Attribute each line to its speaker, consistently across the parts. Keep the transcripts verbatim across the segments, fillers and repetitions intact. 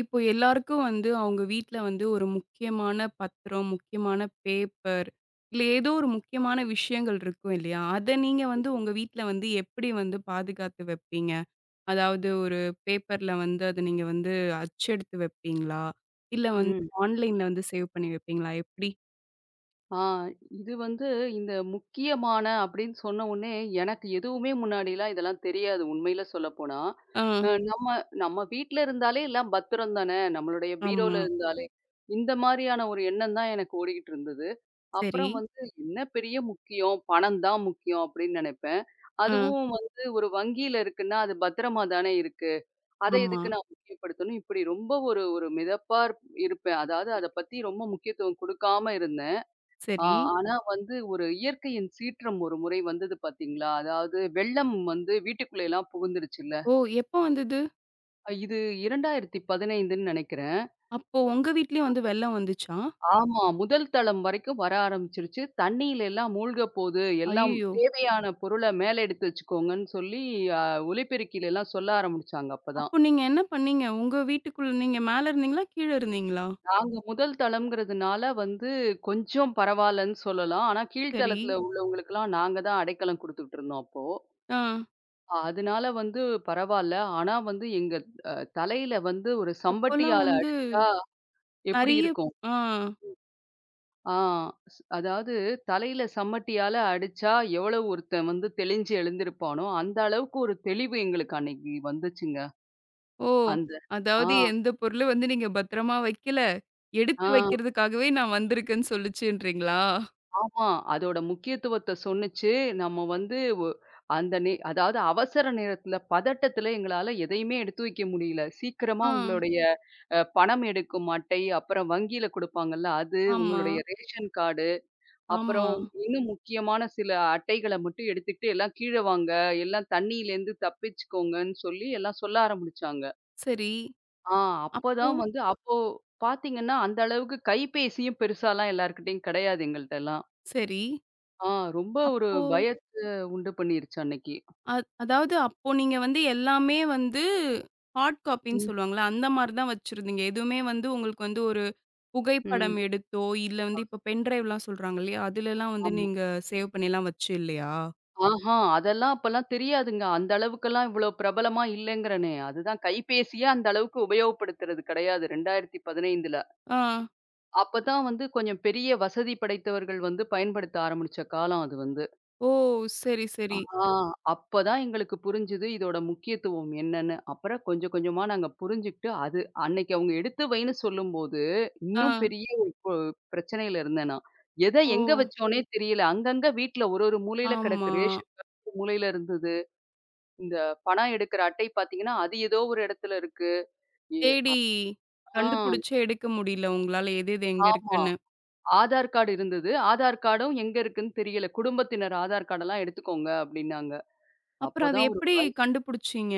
Speaker 1: இப்போ எல்லாருக்கும் வந்து அவங்க வீட்ல வந்து ஒரு முக்கியமான பத்திரம், முக்கியமான பேப்பர், இல்ல ஏதோ ஒரு முக்கியமான விஷயங்கள் இருக்கும் இல்லையா? அத நீங்க வந்து உங்க வீட்ல வந்து எப்படி வந்து பாதுகாத்து வைப்பீங்க? அதாவது ஒரு பேப்பர்ல வந்து அத நீங்க வந்து அச்செடுத்து வைப்பீங்களா? இல்ல வந்து
Speaker 2: ம்.
Speaker 1: ஆன்லைன்ல வந்து சேவ் பண்ணி வைப்பீங்களா? எப்படி?
Speaker 2: ஆ இது வந்து இந்த முக்கியமான அப்படின்னு சொன்ன உடனே எனக்கு எதுவுமே முன்னாடிலாம் இதெல்லாம் தெரியாது உண்மையில சொல்லப்போனா.
Speaker 1: ஆ.
Speaker 2: அ நம்ம நம்ம வீட்ல இருந்தாலே எல்லாம் பத்திரம் தானே, நம்மளுடைய பீரோல
Speaker 1: ஆமா.
Speaker 2: இருந்தாலே. இந்த மாதிரியான ஒரு எண்ணம் தான் எனக்கு ஓடிக்கிட்டு இருந்தது.
Speaker 1: சரி.
Speaker 2: அப்புறம் வந்து என்ன பெரிய முக்கியம், பணம் தான் முக்கியம் அப்படின்னு நினைப்பேன்.
Speaker 1: ஆ.
Speaker 2: அதுவும் வந்து ஒரு வங்கியில இருக்குன்னா, அது பத்திரமா தானே இருக்கு. அதை
Speaker 1: ஆமா.
Speaker 2: எதுக்கு நான் முக்கியப்படுத்தணும்? இப்படி ரொம்ப ஒரு ஒரு மிதப்பா இருப் இருப்பேன். அதாவது அத பத்தி ரொம்ப முக்கியத்துவம் குடுக்காம இருந்தேன். ஆ
Speaker 1: சரி.
Speaker 2: ஆனா வந்து ஒரு இயற்கையின் சீற்றம் ஒரு முறை வந்தது பாத்தீங்களா? அதாவது வெள்ளம் வந்து வீட்டுக்குள்ள எல்லாம் புகுந்துருச்சுல்ல.
Speaker 1: ஓ! எப்போ வந்தது?
Speaker 2: அ, இது 2015ன்னு நினைக்கிறேன்.
Speaker 1: அப்போ உங்க வீட்லயும் வந்து வெள்ளம் வந்துச்சா?
Speaker 2: ஆமா. முதல் தளம் வரைக்கும் வர ஆரம்பிச்சுருச்சு. தண்ணீல எல்லாம் மூழ்க போது, எல்லாம்
Speaker 1: ஐயயோ!
Speaker 2: தேவையான பொருள மேல எடுத்து வச்சுக்கோங்கன்னு சொல்லி அ ஒலிபெருக்கில எல்லாம் சொல்ல ஆரம்பிச்சாங்க அப்பதான்.
Speaker 1: அப்போ நீங்க என்ன பண்ணீங்க? உங்க வீட்டுக்குள்ள நீங்க மேல இருந்தீங்களா? கீழ இருந்தீங்களா?
Speaker 2: நாங்க முதல் தளம்ங்கிறதுனால வந்து கொஞ்சம் பரவால்லன்னு சொல்லலாம். ஆனா
Speaker 1: சரி.
Speaker 2: கீழ்த்தளத்துல உள்ளவங்களுக்கெல்லாம் நாங்க தான் அடைக்கலம் குடுத்துக்கிட்டு இருந்தோம் அப்போ.
Speaker 1: ஆ.
Speaker 2: அதனால வந்து பரவால்ல. ஆனா வந்து எங்க அ தலையில வந்து ஒரு
Speaker 1: அப்போலாம்
Speaker 2: சம்பட்டியால
Speaker 1: வந்து
Speaker 2: அடிச்சா எப்படி
Speaker 1: நெறைய
Speaker 2: இருக்கும்?
Speaker 1: ஆ.
Speaker 2: ஆ ஸ் அதாவது தலையில சம்மட்டியால அடிச்சா எவ்வளவு ஒருத்தன் வந்து தெளிஞ்சு எழுந்திருப்பானோ, அந்த அளவுக்கு ஒரு தெளிவு எங்களுக்கு அன்னைக்கு வந்துச்சுங்க.
Speaker 1: ஓ!
Speaker 2: அந்த ஆ,
Speaker 1: அதாவது எந்த பொருளும் வந்து நீங்க பத்திரமா வைக்கல.
Speaker 2: ஆ.
Speaker 1: எடுத்து வைக்கிறதுக்காகவே நான் வந்திருக்கேன்னு சொல்லுச்சுன்றீங்களா?
Speaker 2: ஆமா. அதோட முக்கியத்துவத்த சொன்னுச்சு. நம்ம வந்து ஒ அந்த நே அதாவது அவசர நேரத்துல, பதட்டத்துல எங்களால எதையுமே எடுத்து வைக்க முடியல. சீக்கிரமா
Speaker 1: ஆ.
Speaker 2: உங்களுடைய அ பணம் எடுக்கும் அட்டை, அப்புறம் வங்கியில குடுப்பாங்கல்ல அது,
Speaker 1: ஆமா,
Speaker 2: உங்களுடைய ரேஷன் கார்டு,
Speaker 1: ஆமா.
Speaker 2: அப்புறம் இன்னும் முக்கியமான சில அட்டைகள மட்டும் எடுத்துக்கிட்டு, "எல்லாம் கீழ வாங்க, எல்லாம் தண்ணியிலேருந்து தப்பிச்சுக்கோங்கன்னு" சொல்லி எல்லாம் சொல்ல ஆரம்பிச்சாங்க.
Speaker 1: சரி.
Speaker 2: ஆ
Speaker 1: அப்போ?
Speaker 2: அப்பதான் வந்து அப்போ பாத்தீங்கன்னா, அந்த அளவுக்கு கைபேசியும் பெருசாலாம் எல்லார்கிட்டயும் கிடையாது எங்கள்ட்டலாம்.
Speaker 1: சரி.
Speaker 2: ஆ ரொம்ப ஒரு
Speaker 1: அப்போ
Speaker 2: பயத்த உண்டு பண்ணிருச்சு அன்னைக்கு.
Speaker 1: அ அதாவது அப்போ நீங்க வந்து எல்லாமே வந்து ஹார்ட் காப்பின்னு
Speaker 2: ம்.
Speaker 1: சொல்லுவாங்கல்ல, அந்த மாரி தான் வச்சிருந்தீங்க. எதுவுமே வந்து உங்களுக்கு வந்து ஒரு
Speaker 2: ம்.
Speaker 1: புகைப்படம் எடுத்தோ, இல்ல வந்து இப்ப பென் டிரைவ்லாம் சொல்றாங்க இல்லையா? அதுலலாம் வந்து
Speaker 2: ஆமா.
Speaker 1: நீங்க சேவ் பண்ணிலாம் வச்சு இல்லையா?
Speaker 2: ஆஹா, அதெல்லாம் அப்பலாம் தெரியாதுங்க. அந்த அளவுக்கெல்லாம் இவ்ளோ பிரபலமா இல்லங்கிறனே. அதுதான் கைபேசியே அந்த அளவுக்கு உபயோகப்படுத்துறது கிடையாது இரண்டாயிரத்து பதினைந்துல.
Speaker 1: ஆ.
Speaker 2: அப்பதான் வந்து கொஞ்சம் பெரிய வசதி படைத்தவர்கள் வந்து பயன்படுத்த ஆரம்பிச்ச காலம் அது வந்து.
Speaker 1: ஓ! சரி, சரி.
Speaker 2: ஆ அப்பதான் எங்களுக்கு புரிஞ்சுது இதோட முக்கியத்துவம் என்னன்னு. அப்புறம் கொஞ்சம் கொஞ்சமா நாங்க புரிஞ்சுகிட்டு, அது அன்னைக்கு அவங்க எடுத்து வைன்னு சொல்லும்போது, இன்னும்
Speaker 1: ஆ.
Speaker 2: பெரிய ஒரு ப பிரச்சனையில இருந்தேன் நான். எத
Speaker 1: ஓ!
Speaker 2: எங்க வச்சோன்னே தெரியல. அங்கங்க வீட்ல ஒரு ஒரு மூலையில கிடக்கு.
Speaker 1: ஆமா.
Speaker 2: ரேஷன் கார்டு ஒரு மூலையில இருந்தது. இந்த பணம் எடுக்கிற அட்டை பார்த்தீங்கன்னா, அது ஏதோ ஒரு இடத்துல இருக்கு. எ
Speaker 1: தேடி
Speaker 2: ஆ
Speaker 1: கண்டுபுடிச்சு எடுக்க முடியல உங்களால எது, எது எங்க
Speaker 2: ஆமா.
Speaker 1: இருக்குன்னு.
Speaker 2: ஆதார் கார்டு இருந்தது. ஆதார் கார்டும் எங்க இருக்குன்னு தெரியல. குடும்பத்தினர் ஆதார் கார்டெல்லாம் எடுத்துக்கோங்க அப்டின்னாங்க.
Speaker 1: அப்புறம் அது
Speaker 2: அப்பதான் ஒரு
Speaker 1: எப்படி
Speaker 2: பய
Speaker 1: கண்டுபுடிச்சீங்க?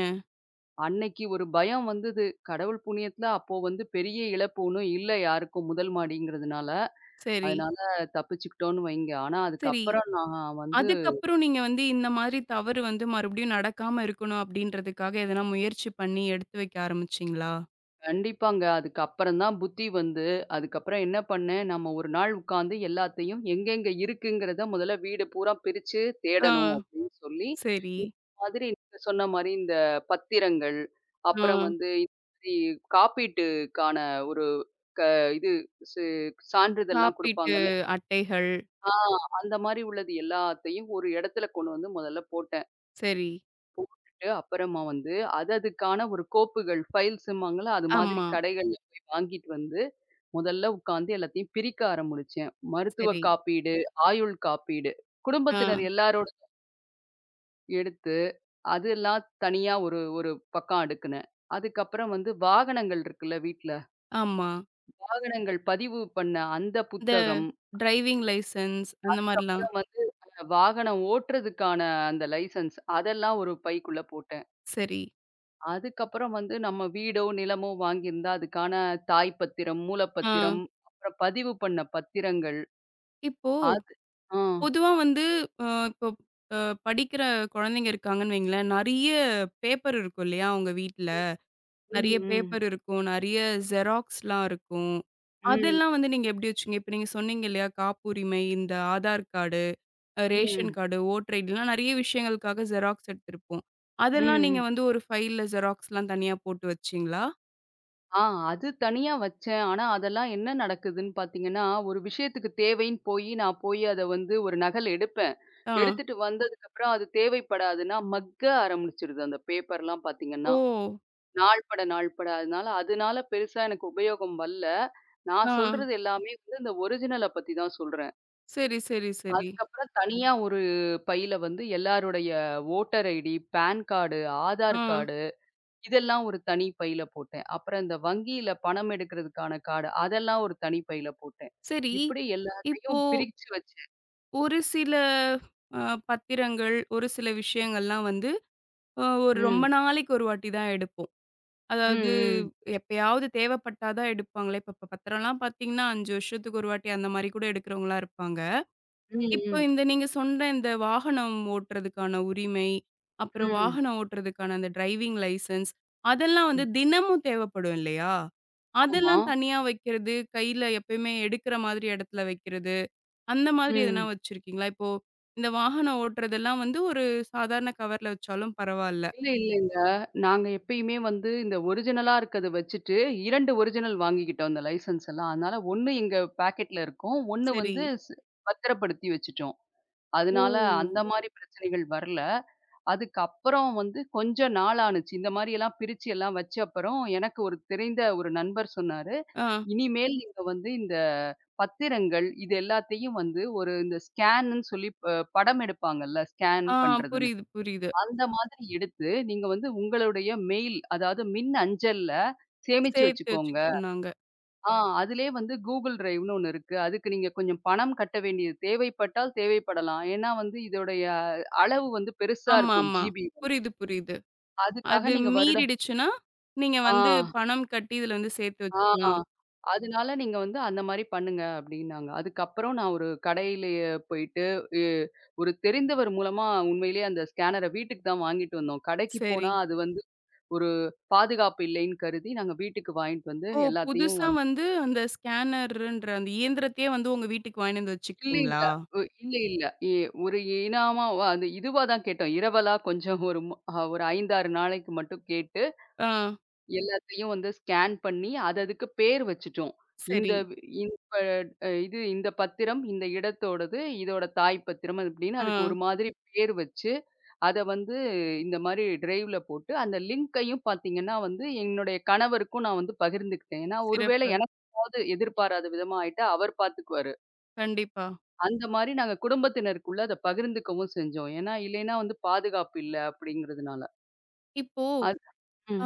Speaker 2: அன்னைக்கு ஒரு பயம் வந்தது. கடவுள் புண்ணியத்துல அப்போ வந்து பெரிய இழப்பு ஒண்ணும் இல்ல யாருக்கும் முதல் மாடிங்கிறதுனால.
Speaker 1: சரி,
Speaker 2: அதனால தப்பிச்சுக்கிட்டோம்னு வைங்க. ஆனா
Speaker 1: சரி.
Speaker 2: அதுக்கப்புறம் நான் வந்து.
Speaker 1: அதுக்கப்புறம் நீங்க வந்து இந்த மாதிரி தவறு வந்து மறுபடியும் நடக்காம இருக்கணும் அப்படின்றதுக்காக எதனா முயற்சி பண்ணி எடுத்து வைக்க ஆரம்பிச்சீங்களா?
Speaker 2: கண்டிப்பாங்க. அதுக்கப்புறம் தான் புத்தி வந்து, அதுக்கப்புறம் என்ன பண்ணேன், நம்ம ஒரு நாள் உட்காந்து எல்லாத்தையும் எங்கெங்க இருக்குங்கிறத முதல்ல வீடு பூரா பிரிச்சு
Speaker 1: ஆ.
Speaker 2: தேடணும் அப்படின்னு சொல்லி,
Speaker 1: சரி.
Speaker 2: இந்த மாதிரி நீங்க சொன்ன மாரி இந்த பத்திரங்கள்,
Speaker 1: ஆ.
Speaker 2: அப்புறம் வந்து இந்த மாதிரி காப்பீட்டுக்கான ஒரு க இது சு சான்றிதழ்லாம்
Speaker 1: காப்பீட்டு
Speaker 2: குடுப்பாங்கல்ல.
Speaker 1: அட்டைகள்.
Speaker 2: ஆ அந்த மாரி உள்ளது எல்லாத்தையும் ஒரு இடத்துல கொண்டு வந்து முதல்ல போட்டேன்.
Speaker 1: சரி.
Speaker 2: அப்புறமா வந்து அது அதுக்கான ஒரு கோப்புகள், ஃபைல்ஸும்பாங்கல்ல, அது மாதிரி
Speaker 1: ஆமா.
Speaker 2: கடைகள்ல போய் வாங்கிட்டு வந்து, முதல்ல உட்காந்து எல்லாத்தையும் பிரிக்க ஆரம்பிச்சேன். மருத்துவ
Speaker 1: சரி.
Speaker 2: காப்பீடு, ஆயுள் காப்பீடு,
Speaker 1: ஆ.
Speaker 2: குடும்பத்தினர் எல்லாரோட எடுத்து, அதெல்லாம் தனியா ஒரு ஒரு பக்கம் அடுக்குனேன். அதுக்கப்புறம் வந்து வாகனங்கள் இருக்குல்ல வீட்ல,
Speaker 1: ஆமா.
Speaker 2: வாகனங்கள் பதிவு பண்ண அந்த
Speaker 1: இந்த
Speaker 2: புத்தகம்.
Speaker 1: டிரைவிங் லைசென்ஸ் அந்த மாரிலாம்.
Speaker 2: அதுக்கப்புறம் வந்து அ வாகனம் ஓட்டுறதுக்கான அந்த லைசென்ஸ் அதெல்லாம் ஒரு பைக்குள்ள போட்டேன்.
Speaker 1: சரி.
Speaker 2: அதுக்கப்புறம் வந்து நம்ம வீடோ, நிலமோ வாங்கியிருந்தா அதுக்கான தாய் பத்திரம்,
Speaker 1: ஆ.
Speaker 2: மூலப்பத்திரம், அப்புறம் பதிவு பண்ண பத்திரங்கள்.
Speaker 1: இப்போ
Speaker 2: அது ஆ.
Speaker 1: பொதுவா வந்து அ இப்போ அ படிக்கிற குழந்தைங்க இருக்காங்கன்னு வைங்களேன், நெறைய பேப்பர் இருக்கும் இல்லையா உங்க வீட்ல?
Speaker 2: ம்,
Speaker 1: நெறைய
Speaker 2: ம்.
Speaker 1: பேப்பர் இருக்கும், நெறைய ஜெராக்ஸ்லாம் இருக்கும்.
Speaker 2: ம்,
Speaker 1: அதெல்லாம் வந்து நீங்க எப்படி வச்சீங்க? இப்ப நீங்க சொன்னீங்க இல்லையா, காப்புரிமை, இந்த ஆதார் கார்டு, அ ரேஷன்
Speaker 2: ம்,
Speaker 1: கார்டு, ஓட்டர் ஐடிலாம் நெறைய விஷயங்களுக்காக ஜெராக்ஸ் எடுத்திருப்போம்.
Speaker 2: ம்,
Speaker 1: அதெல்லாம் நீங்க
Speaker 2: ம்.
Speaker 1: வந்து ஒரு ஃபைல்ல ஜெராக்ஸ்லாம் தனியா போட்டு வச்சீங்களா?
Speaker 2: ஆ அது தனியா வச்சேன். ஆனா, அதெல்லாம் என்ன நடக்குதுன்னு பார்த்தீங்கன்னா, ஒரு விஷயத்துக்கு தேவைன்னு போயி நான் போயி அத வந்து ஒரு நகல் எடுப்பேன்.
Speaker 1: ஆ.
Speaker 2: எடுத்துட்டு வந்ததுக்கப்புறம் அது தேவைப்படாதுன்னா மக்க ஆரம்பிச்சுருது அந்த பேப்பர்லாம் பார்த்தீங்கன்னா.
Speaker 1: ஓ!
Speaker 2: நாள் பட, நாள் பட. அதனால அதனால பெருசா எனக்கு உபயோகம் வரல.
Speaker 1: ஆ.
Speaker 2: நான் சொல்றது எல்லாமே வந்து இந்த ஒரிஜினல பத்தி தான் சொல்றேன்.
Speaker 1: சரி, சரி, சரி.
Speaker 2: அதுக்கப்புறம் தனியா ஒரு பையில வந்து எல்லாருடைய வோட்டர் ஐடி, பான் கார்டு,
Speaker 1: ஆ.
Speaker 2: ஆதார் கார்டு இதெல்லாம் ஒரு தனி பையில போட்டேன். அப்புறம் இந்த வங்கியில பணம் எடுக்கிறதுக்கான கார்டு அதெல்லாம் ஒரு தனி பையில போட்டேன்.
Speaker 1: சரி.
Speaker 2: இப்படி
Speaker 1: இப்போ
Speaker 2: எல்லாத்தையும் பிரிச்சு வச்சேன்.
Speaker 1: ஒரு சில அ பத்திரங்கள், ஒரு சில விஷயங்கள்லாம் வந்து அ ஒரு ரொம்ப
Speaker 2: ம்.
Speaker 1: நாளைக்கு ஒரு வாட்டி தான் எடுப்போம். அதாவது
Speaker 2: ம், ம்.
Speaker 1: எப்பயாவது தேவைப்பட்டா தான் எடுப்பாங்களே! இப்ப ப பத்திரம்லாம் பார்த்தீங்கன்னா, ஐந்து வருஷத்துக்கு ஒரு வாட்டி அந்த மாரி கூட எடுக்கிறவங்களா இருப்பாங்க.
Speaker 2: ம்,
Speaker 1: இப்போ
Speaker 2: ம்.
Speaker 1: இந்த நீங்க சொன்ன இந்த வாகனம் ஓட்டுறதுக்கான உரிமை, அப்புறம்
Speaker 2: ம்,
Speaker 1: வாகனம் ஓட்டுறதுக்கான அந்த டிரைவிங் லைசென்ஸ் அதெல்லாம் வந்து
Speaker 2: ம்.
Speaker 1: தினமும் தேவைப்படும் இல்லையா?
Speaker 2: ஆமா.
Speaker 1: அதெல்லாம் தனியா வைக்கிறது, கையில எப்பயுமே எடுக்கிற மாதிரி இடத்துல வைக்கிறது, அந்த மாதிரி எதனா
Speaker 2: ம்.
Speaker 1: வச்சிருக்கீங்களா? இப்போ இந்த வாகனம் ஓட்டுறதெல்லாம் வந்து ஒரு சாதாரண கவர்ல வச்சாலும் பரவால்ல.
Speaker 2: இல்ல, இல்லங்க. நாங்க எப்பயுமே வந்து இந்த ஒரிஜினலா இருக்கத வச்சுட்டு ரெண்டு ஒரிஜினல் வாங்கிக்கிட்டோம் இந்த லைசென்ஸ் எல்லாம். அதனால ஒண்ணு எங்க பாக்கெட்ல இருக்கும். ஒண்ணு
Speaker 1: சரி.
Speaker 2: வந்து ஸ் பத்திரப்படுத்தி வச்சுட்டோம்.
Speaker 1: ஓ!
Speaker 2: அதனால அந்த மாரி பிரச்சனைகள் வரல. அதுக்கப்புறம் வந்து கொஞ்ச நாள் ஆனுச்சு. இந்த மாரியெல்லாம் பிரிச்சு எல்லாம் வச்ச அப்புறம் எனக்கு ஒரு தெரிந்த ஒரு நண்பர் சொன்னாரு,
Speaker 1: ஆ,
Speaker 2: "இனிமேல் நீங்க வந்து இந்த பத்திரங்கள் இது எல்லாத்தையும் வந்து ஒரு இந்த ஸ்கேன்னு சொல்லி ப படம் எடுப்பாங்கல்ல, ஸ்கேன்
Speaker 1: ஆ
Speaker 2: பண்றது.
Speaker 1: புரியுது, புரியுது.
Speaker 2: அந்த மாதிரி எடுத்து, நீங்க வந்து உங்களுடைய மெயில், அதாவது மின் அஞ்சல்ல சேமிச்சு
Speaker 1: சேர்த்து
Speaker 2: வச்சுக்கோங்க.
Speaker 1: வச்சுக்க சொன்னாங்க.
Speaker 2: ஆ அதிலயே வந்து Google Driveன்னு ஒண்ணு இருக்கு. அதுக்கு நீங்க கொஞ்சம் பணம் கட்ட வேண்டியது தேவைப்பட்டால் தேவைப்படலாம். ஏன்னா வந்து இதோடைய அளவு வந்து பெருசா
Speaker 1: ஆமா,
Speaker 2: இருக்கும்
Speaker 1: ஆமா.
Speaker 2: ஜிபி.
Speaker 1: புரியுது, புரியுது.
Speaker 2: அதுக்காக
Speaker 1: அது
Speaker 2: நீங்க வருடம்.
Speaker 1: மீறிடுச்சுன்னா, நீங்க வந்து
Speaker 2: ஆ,
Speaker 1: பணம் கட்டி இதுல வந்து சேர்த்து
Speaker 2: ஆ.
Speaker 1: வச்சுக்கலாம்.
Speaker 2: அதனால நீங்க வந்து அந்த மாரி பண்ணுங்க அப்டின்னாங்க. அதுக்கப்புறம் நான் ஒரு கடையிலேயே போயிட்டு, எ ஒரு தெரிந்தவர் மூலமா உண்மையிலேயே அந்த ஸ்கேனர வீட்டுக்கு தான் வாங்கிட்டு வந்தோம். கடைக்கு
Speaker 1: சரி.
Speaker 2: போனா அது வந்து ஒரு பாதுகாப்பு இல்லைன்னு கருதி நாங்க வீட்டுக்கு வாங்கிட்டு வந்து
Speaker 1: ஓ!
Speaker 2: எல்லாத்தையும்
Speaker 1: புதுசா
Speaker 2: வந்து.
Speaker 1: வந்து அந்த ஸ்கேனருன்ற அந்த இயந்திரத்தையே வந்து உங்க வீட்டுக்கு வாங்கின்னு வந்து
Speaker 2: இல்ல, இல்ல.
Speaker 1: வச்சுக்கிட்டீங்களா?
Speaker 2: ஒ இல்ல, இல்ல. எ ஒரு இனாமா வ அது இதுவா தான் கேட்டோம். இரவலா கொஞ்சம் ஒரு மு அ ஒரு ஐந்து, ஆறு நாளைக்கு மட்டும் கேட்டு,
Speaker 1: ஆ.
Speaker 2: எல்லாத்தையும் வந்து ஸ்கேன் பண்ணி, அது அதுக்கு பேர் வச்சுட்டோம். இந்த
Speaker 1: சரி.
Speaker 2: வி இப்ப அ இது இந்த பத்திரம், இந்த இடத்தோடது, இதோட தாய் பத்திரம் அது அப்படின்னு
Speaker 1: ஆ.
Speaker 2: அதுக்கு ஒரு மாதிரி பேர் வச்சு அத வந்து இந்த மாரி டிரைவ்ல போட்டு, அந்த லிங்க்கையும் பார்த்தீங்கன்னா வந்து, என்னுடைய கணவருக்கும் நான் வந்து பகிர்ந்துக்கிட்டேன். ஏன்னா, ஒருவேளை
Speaker 1: சிறப்பு.
Speaker 2: எனக்கு ஏதாவது எதிர்பாராத விதமா ஆயிட்டா, அவர் பார்த்துக்குவாரு.
Speaker 1: கண்டிப்பா.
Speaker 2: அந்த மாரி நாங்க குடும்பத்தினருக்குள்ள அத பகிர்ந்துக்கவும் செஞ்சோம். ஏன்னா, இல்லைன்னா வந்து பாதுகாப்பு இல்ல அப்படிங்கிறதுனால.
Speaker 1: இப்போ
Speaker 2: அது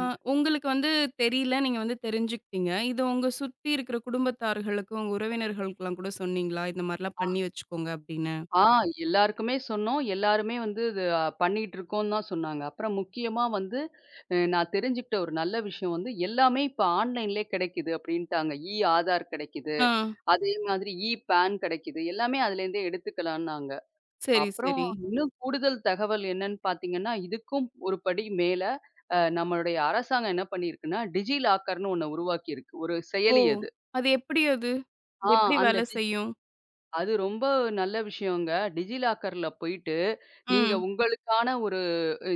Speaker 1: அ உங்களுக்கு வந்து தெரியல, நீங்க வந்து தெரிஞ்சுக்கிட்டீங்க. இத உங்க சுத்தி இருக்கிற குடும்பத்தார்களுக்கும், உங்க உறவினர்களுக்கெல்லாம் கூட சொன்னீங்களா? இந்த மாரிலாம் பண்ணி வச்சுக்கோங்க அப்படின்னு.
Speaker 2: ஆ எல்லாருக்குமே சொன்னோம். எல்லாருமே வந்து இது அ பண்ணிட்டுருக்கோம்னு தான் சொன்னாங்க. அப்புறம் முக்கியமா வந்து அ நான் தெரிஞ்சுக்கிட்ட ஒரு நல்ல விஷயம் வந்து, எல்லாமே இப்ப ஆன்லைன்லயே கிடைக்குது அப்படின்ட்டாங்க. இ ஆதார் கிடைக்குது.
Speaker 1: ஆ.
Speaker 2: அதே மாதிரி இ பான் கிடைக்குது. எல்லாமே அதுலேருந்தே எடுத்துக்கலான்னாங்க.
Speaker 1: சரி,
Speaker 2: அப்புறம்
Speaker 1: சரி.
Speaker 2: இன்னும் கூடுதல் தகவல் என்னன்னு பார்த்தீங்கன்னா, இதுக்கும் ஒரு படி மேல அ நம்மளுடைய அரசாங்கம் என்ன பண்ணியிருக்குன்னா, டிஜி லாக்கர்ன்னு ஒண்ணு உருவாக்கியிருக்கு. ஒரு
Speaker 1: ஓ!
Speaker 2: செயலி அது.
Speaker 1: அது எப்படி அது? அது
Speaker 2: ஆ
Speaker 1: எப்படி
Speaker 2: அந்த
Speaker 1: வேலை
Speaker 2: டிஜி
Speaker 1: செய்யும்?
Speaker 2: அது ரொம்ப நல்ல விஷயங்க. டிஜி லாக்கர்ல போயிட்டு, நீங்க
Speaker 1: ம்.
Speaker 2: உங்களுக்கான ஒரு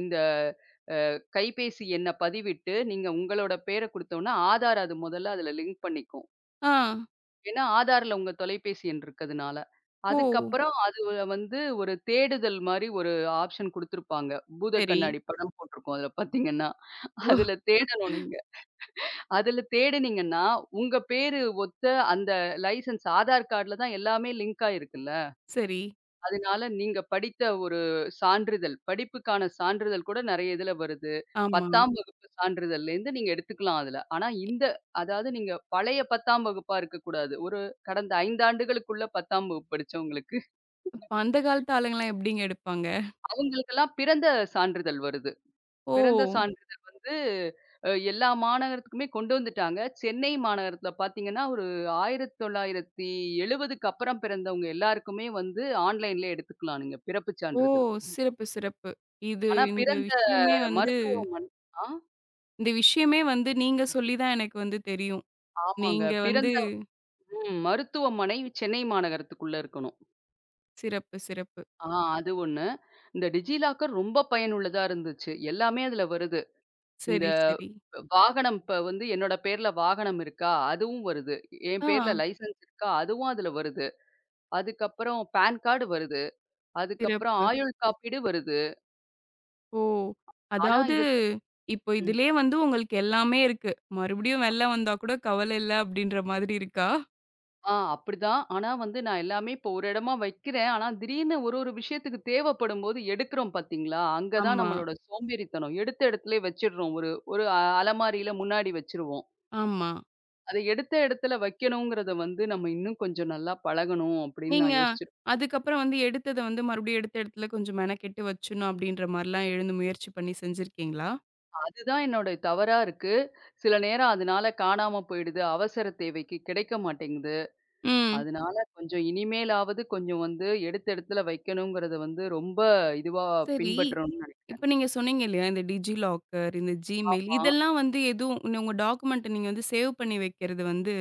Speaker 2: இந்த கைபேசி எண்ண பதிவிட்டு, நீங்க உங்களோட பேர குடுத்தோம்னா, ஆதார் அது முதல்ல அதுல லிங்க் பண்ணிக்கும்.
Speaker 1: ஆ.
Speaker 2: ஏன்னா, ஆதார்ல உங்க தொலைபேசி எண் இருக்கதுனால.
Speaker 1: ஓ!
Speaker 2: அதுக்கப்புறம் அது வ- வந்து ஒரு தேடுதல் மாரி ஒரு ஆப்ஷன் குடுத்துருப்பாங்க. பூத
Speaker 1: சரி.
Speaker 2: கண்ணாடி படம் போட்டிருக்கும் அதுல பார்த்தீங்கன்னா.
Speaker 1: ஓ!
Speaker 2: அதுல தேடணும் நீங்க. அதுல தேடுனீங்கன்னா, உங்க பேரு ஒத்த அந்த லைசென்ஸ் ஆதார் கார்டுல தான் எல்லாமே லிங்க் ஆயிருக்குல்ல.
Speaker 1: சரி.
Speaker 2: அதனால நீங்க படித்த ஒரு சான்றிதழ், படிப்புக்கான சான்றிதழ் கூட நெறைய இதுல வருது.
Speaker 1: ஆமா.
Speaker 2: பத்தாம் வகுப்பு சான்றிதழ்லேருந்து நீங்க எடுத்துக்கலாம் அதுல. ஆனா இந்த அதாவது நீங்க பழைய பத்தாம் வகுப்பா இருக்கக்கூடாது. ஒரு கடந்த ஐந்து ஆண்டுகளுக்குள்ள பத்தாம் வகுப்பு படிச்சவங்களுக்கு,
Speaker 1: இப்ப அந்த காலத்து ஆளுங்கலாம் எப்படிங்க எடுப்பாங்க?
Speaker 2: அவங்களுக்கெல்லாம் பிறந்த சான்றிதழ் வருது.
Speaker 1: ஓ!
Speaker 2: பிறந்த சான்றிதழ் வந்து அ எல்லா மாநகரத்துக்குமே கொண்டு வந்துட்டாங்க. சென்னை மாநகரத்துல பார்த்தீங்கன்னா, ஒரு ஆயிரத்து தொள்ளாயிரத்து எழுபதுக்கு அப்புறம் பிறந்தவங்க எல்லாருக்குமே வந்து ஆன்லைன்லயே எடுத்துக்கலாம் நீங்க பிறப்புச்
Speaker 1: ஓ!
Speaker 2: சான்றிதழ்.
Speaker 1: சிறப்பு, சிறப்பு. இது
Speaker 2: ஆனா
Speaker 1: இந்த
Speaker 2: பிறந்த
Speaker 1: விஷயமே வந்து
Speaker 2: மருத்துவமன் ஆ
Speaker 1: இந்த விஷயமே வந்து நீங்க சொல்லி தான் எனக்கு வந்து தெரியும்.
Speaker 2: ஆமாங்க.
Speaker 1: நீங்க வந்து
Speaker 2: பிறந்த ம் மருத்துவமனை சென்னை மாநகரத்துக்குள்ள இருக்கணும்.
Speaker 1: சிறப்பு, சிறப்பு.
Speaker 2: ஆ அது ஒண்ணு. இந்த டிஜிலாக்கர் ரொம்ப பயனுள்ளதா இருந்துச்சு. எல்லாமே அதுல வருது. இந்த
Speaker 1: சரி, சரி.
Speaker 2: வாகனம் இப்ப வந்து என்னோட பேர்ல வாகனம் இருக்கா? அதுவும் வருது. என்
Speaker 1: ஆ
Speaker 2: பேர்ல லைசென்ஸ் இருக்கா? அதுவும் அதுல வருது. அதுக்கப்புறம் பான் கார்டு வருது. அதுக்கப்புறம்
Speaker 1: சிறப்பு.
Speaker 2: ஆயுள் காப்பீடு வருது.
Speaker 1: ஓ!
Speaker 2: ஆனா
Speaker 1: அதாவது
Speaker 2: இதுல
Speaker 1: இப்போ
Speaker 2: ம்.
Speaker 1: இதிலயே வந்து உங்களுக்கு எல்லாமே இருக்கு. மறுபடியும் வெள்ளம் வந்தா கூட கவலை இல்ல அப்படின்ற மாதிரி இருக்கா?
Speaker 2: ஆ அப்படிதான். ஆனா வந்து நான் எல்லாமே இப்போ ஒரு இடமா வைக்கிறேன். ஆனா திடீர்னு ஒரு ஒரு விஷயத்துக்கு தேவைப்படும்போது எடுக்கிறோம் பார்த்தீங்களா? அங்க தான்
Speaker 1: ஆமா,
Speaker 2: நம்மளோட சோம்பேறித்தனம். எடுத்த இடத்துலயே வச்சிடுறோம். ஒரு ஒரு அ அலமாரியில முன்னாடி வச்சுருவோம்.
Speaker 1: ஆமா.
Speaker 2: அத எடுத்த இடத்துல வைக்கணுங்கிறத வந்து நம்ம இன்னும் கொஞ்சம் நல்லா பழகணும் அப்படின்னு
Speaker 1: நீங்க
Speaker 2: நான் யோசிச்சிருப்பேன்.
Speaker 1: அதுக்கப்புறம் வந்து எடுத்தத வந்து மறுபடியும் எடுத்த இடத்துல கொஞ்சம் மெனக்கெட்டு வச்சுடணும் அப்படின்ற மாரிலாம் எழுந்து முயற்சி பண்ணி செஞ்சிருக்கீங்களா?
Speaker 2: அதுதான் என்னோட தவறா இருக்கு. சில நேரம் அதனால காணாம போயிடுது. அவசர தேவைக்கு கிடைக்க மாட்டேங்குது.
Speaker 1: ம்.
Speaker 2: அதனால கொஞ்சம் இனிமேலாவது கொஞ்சம் வந்து எடுத்த இடத்துல வைக்கணுங்கிறத வந்து ரொம்ப இதுவா
Speaker 1: சரி.
Speaker 2: பின்பற்றணும்னு நினைக்கிறேன்.
Speaker 1: இப்ப நீங்க சொன்னீங்க இல்லையா, இந்த டிஜி லாக்கர், இந்த Gmail
Speaker 2: ஆமா.
Speaker 1: இதெல்லாம் வந்து எதுவும் இந்த உங்க டாக்குமெண்ட்ட நீங்க வந்து சேவ் பண்ணி வைக்கிறது வந்து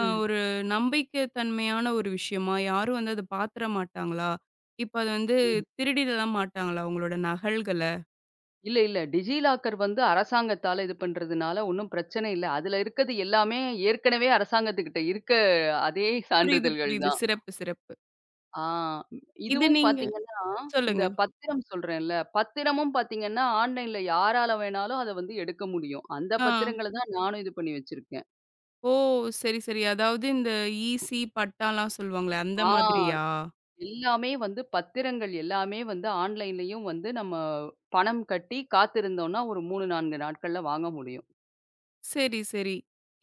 Speaker 1: அ ஒரு நம்பிக்கை தன்மையான ஒரு விஷயமா? யாரும் வந்து அத பாத்துற மாட்டாங்களா? இப்ப அது வந்து
Speaker 2: ம்.
Speaker 1: திருடிடலாம் மாட்டாங்களா உங்களோட நகல்கள?
Speaker 2: இல்ல, இல்ல. டிஜி லாக்கர் வந்து அரசாங்கத்தால இது பண்றதுனால ஒண்ணும் பிரச்சனை இல்ல. அதுல இருக்கது எல்லாமே ஏற்கனவே அரசாங்கத்துக்கிட்ட இருக்க அதே
Speaker 1: புரியுது,
Speaker 2: சான்றிதழ்கள்
Speaker 1: புரியுது.
Speaker 2: தான்.
Speaker 1: சிறப்பு, சிறப்பு.
Speaker 2: ஆ
Speaker 1: இது
Speaker 2: இதுவும்
Speaker 1: நீங்க
Speaker 2: பார்த்தீங்கன்னா, இந்த
Speaker 1: சொல்லுங்க.
Speaker 2: பத்திரம் சொல்றேன்ல, பத்திரமும் பார்த்தீங்கன்னா, ஆன்லைன்ல யாரால வேணாலும் அத வந்து எடுக்க முடியும். அந்த
Speaker 1: ஆ.
Speaker 2: பத்திரங்கள தான் நானும் இது பண்ணி வச்சிருக்கேன்.
Speaker 1: ஓ! சரி, சரி. அதாவது இந்த ஈசி, பட்டாலாம் சொல்லுவாங்களே, அந்த
Speaker 2: ஆ
Speaker 1: மாதிரியா?
Speaker 2: எல்லாமே வந்து பத்திரங்கள் எல்லாமே வந்து ஆன்லைன்லயும் வந்து நம்ம பணம் கட்டி காத்திருந்தோம்னா, ஒரு மூணு, நாலு நாட்கள்ல வாங்க முடியும்.
Speaker 1: சரி, சரி.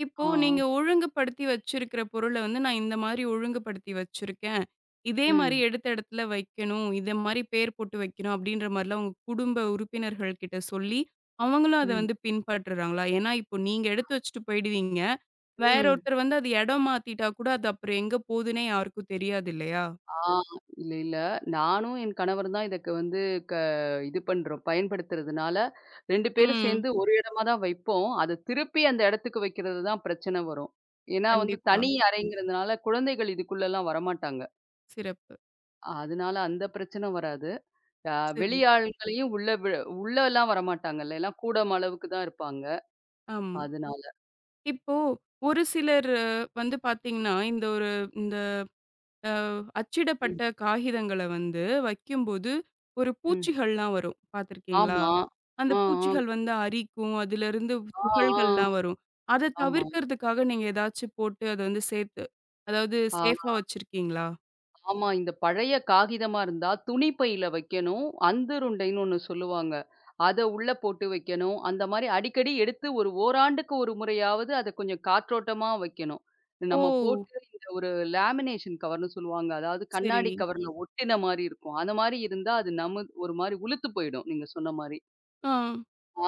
Speaker 1: இப்போ
Speaker 2: ஆ.
Speaker 1: நீங்க ஒழுங்குபடுத்தி வச்சிருக்கிற பொருள வந்து, நான் இந்த மாரி ஒழுங்குபடுத்தி வச்சிருக்கேன். இதே மாரி
Speaker 2: ம்.
Speaker 1: எடுத்த இடத்துல வைக்கணும். இத மாரி பேர் போட்டு வைக்கணும். அப்படின்ற மாரிலாம் உங்க குடும்ப உறுப்பினர்கள் கிட்ட சொல்லி, அவங்களும் அத
Speaker 2: ம்.
Speaker 1: வந்து பின்பற்றுறாங்களா? ஏன்னா, இப்போ நீங்க எடுத்து வச்சுட்டு போயிடுவீங்க. வேற
Speaker 2: ம்.
Speaker 1: ஒருத்தர் வந்து அது இடம் மாத்திட்டா கூட, அது அப்புறம் எங்க போதுன்னே யாருக்கும் தெரியாது இல்லையா?
Speaker 2: ஆ இல்ல, இல்ல. நானும் என் கணவர் தான் இதுக்கு வந்து க இது பண்றோம். பயன்படுத்துறதுனால ரெண்டு பேரும்
Speaker 1: ம்.
Speaker 2: சேர்ந்து ஒரு இடமா தான் வைப்போம். அது திருப்பி அந்த இடத்துக்கு வைக்கிறது தான் பிரச்சனை வரும். ஏன்னா வந்து
Speaker 1: கண்டிப்பா.
Speaker 2: தனி அறைங்கிறதுனால குழந்தைகள் இதுக்குள்ளலாம் வரமாட்டாங்க.
Speaker 1: சிறப்பு.
Speaker 2: அதனால அந்த பிரச்சனை வராது. அ வெளி
Speaker 1: சரி.
Speaker 2: ஆள்களையும் உள்ள வி உள்ளலாம் வரமாட்டாங்கல்ல. எல்லாம் கூடம் அளவுக்கு தான் இருப்பாங்க.
Speaker 1: ஆமா.
Speaker 2: அதனால.
Speaker 1: இப்போ ஒரு சிலர் அஹ், வந்து பார்த்தீங்கன்னா, இந்த ஒரு இந்த
Speaker 2: ம்,
Speaker 1: அச்சிடப்பட்ட காகிதங்கள வந்து வைக்கும்போது, ஒரு
Speaker 2: ம்.
Speaker 1: பூச்சிகள்லாம் வரும். பார்த்துருக்கீங்களா?
Speaker 2: ஆமா.
Speaker 1: அந்த
Speaker 2: ஆ, ஆ,
Speaker 1: பூச்சிகள் வந்து அரிக்கும். அதிலிருந்து
Speaker 2: ஆ, ஆ.
Speaker 1: துகள்கள்லாம் வரும். அத
Speaker 2: ஆமா.
Speaker 1: தவிர்க்கிறதுக்காக நீங்க ஏதாச்சும் போட்டு அத வந்து சேர்த்து அதாவது
Speaker 2: ஆ.
Speaker 1: சேஃபா வச்சிருக்கீங்களா?
Speaker 2: ஆமா. இந்த பழைய காகிதமா இருந்தா, துணி பையில வைக்கணும். அந்துருண்டைன்னு ஒண்ணு சொல்லுவாங்க. அத உள்ள போட்டு வைக்கணும். அந்த மாரி அடிக்கடி எடுத்து ஒரு ஓராண்டுக்கு ஒரு முறையாவது அத கொஞ்சம் காற்றோட்டமா வைக்கணும்.
Speaker 1: ஓ!
Speaker 2: நம்ம போட்டு இந்த ஒரு லேமினேஷன் கவர்ன்னு சொல்லுவாங்க. அதாவது
Speaker 1: சரி.
Speaker 2: கண்ணாடி கவர்ல ஒட்டின மாரி இருக்கும். அந்த மாரி இருந்தா அது நமுத் ஒரு மாரி உளுத்து போயிடும், நீங்க சொன்ன மாரி.
Speaker 1: ஆ.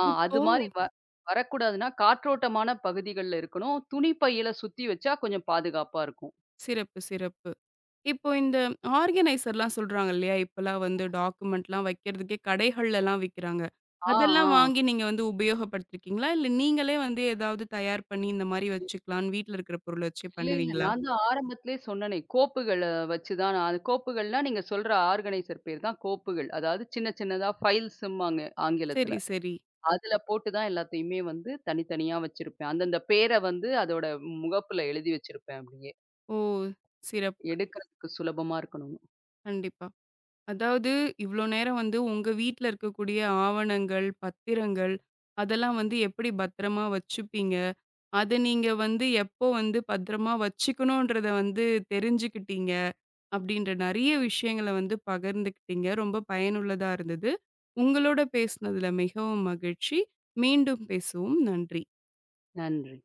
Speaker 2: ஆ அது
Speaker 1: இப்போ
Speaker 2: மாரி வ வரக்கூடாதுன்னா, காற்றோட்டமான பகுதிகள்ல இருக்கணும். துணி பையில சுத்தி வச்சா கொஞ்சம் பாதுகாப்பா இருக்கும்.
Speaker 1: சிறப்பு, சிறப்பு. இப்போ இந்த ஆர்கனைசர்லாம் சொல்றாங்க இல்லையா? இப்பலாம் வந்து டாக்குமெண்ட்லாம் வைக்கிறதுக்கே கடைகள்லலாம் விக்கிறாங்க.
Speaker 2: ஆ,
Speaker 1: அதெல்லாம்
Speaker 2: ஆ.
Speaker 1: வாங்கி நீங்க வந்து உபயோகப்படுத்திருக்கீங்களா? இல்ல நீங்களே வந்து ஏதாவது தயார் பண்ணி இந்த மாரி வச்சுக்கலான்னு வீட்ல இருக்கிற பொருள வச்சே
Speaker 2: இல்ல, இல்ல.
Speaker 1: பண்ணுவீங்களா?
Speaker 2: நான் தான் ஆரம்பத்திலேயே சொன்னனே, கோப்புகள வச்சு தான் நான் அது கோப்புகள்னா நீங்க சொல்ற ஆர்கனைசர் பேர் தான் கோப்புகள். அதாவது சின்ன சின்னதா ஃபைல்ஸ்ம்பாங்க ஆங்கிலத்தில.
Speaker 1: சரி, சரி.
Speaker 2: அதில போட்டு தான் எல்லாத்தையுமே வந்து தனித்தனியா வச்சிருப்பேன். அந்தந்த பேர வந்து அதோட முகப்புல எழுதி வச்சிருப்பேன் அப்படியே.
Speaker 1: ஓ! சிறப்பு.
Speaker 2: எடுக்கிறதுக்கு சுலபமா இருக்கணும்னு.
Speaker 1: கண்டிப்பா. அதாவது இவ்ளோ நேரம் வந்து உங்க வீட்ல இருக்கக்கூடிய ஆவணங்கள், பத்திரங்கள் அதெல்லாம் வந்து எப்படி பத்திரமா வச்சுப்பீங்க? அத நீங்க வந்து எப்போ வந்து பத்திரமா வச்சுக்கணுன்றத வந்து தெரிஞ்சுக்கிட்டீங்க. அப்படின்ற நெறைய விஷயங்கள வந்து பகிர்ந்துக்கிட்டீங்க. ரொம்ப பயனுள்ளதா இருந்தது. உங்களோட பேசினதுல மிகவும் மகிழ்ச்சி. மீண்டும் பேசுவோம். நன்றி.
Speaker 2: நன்றி.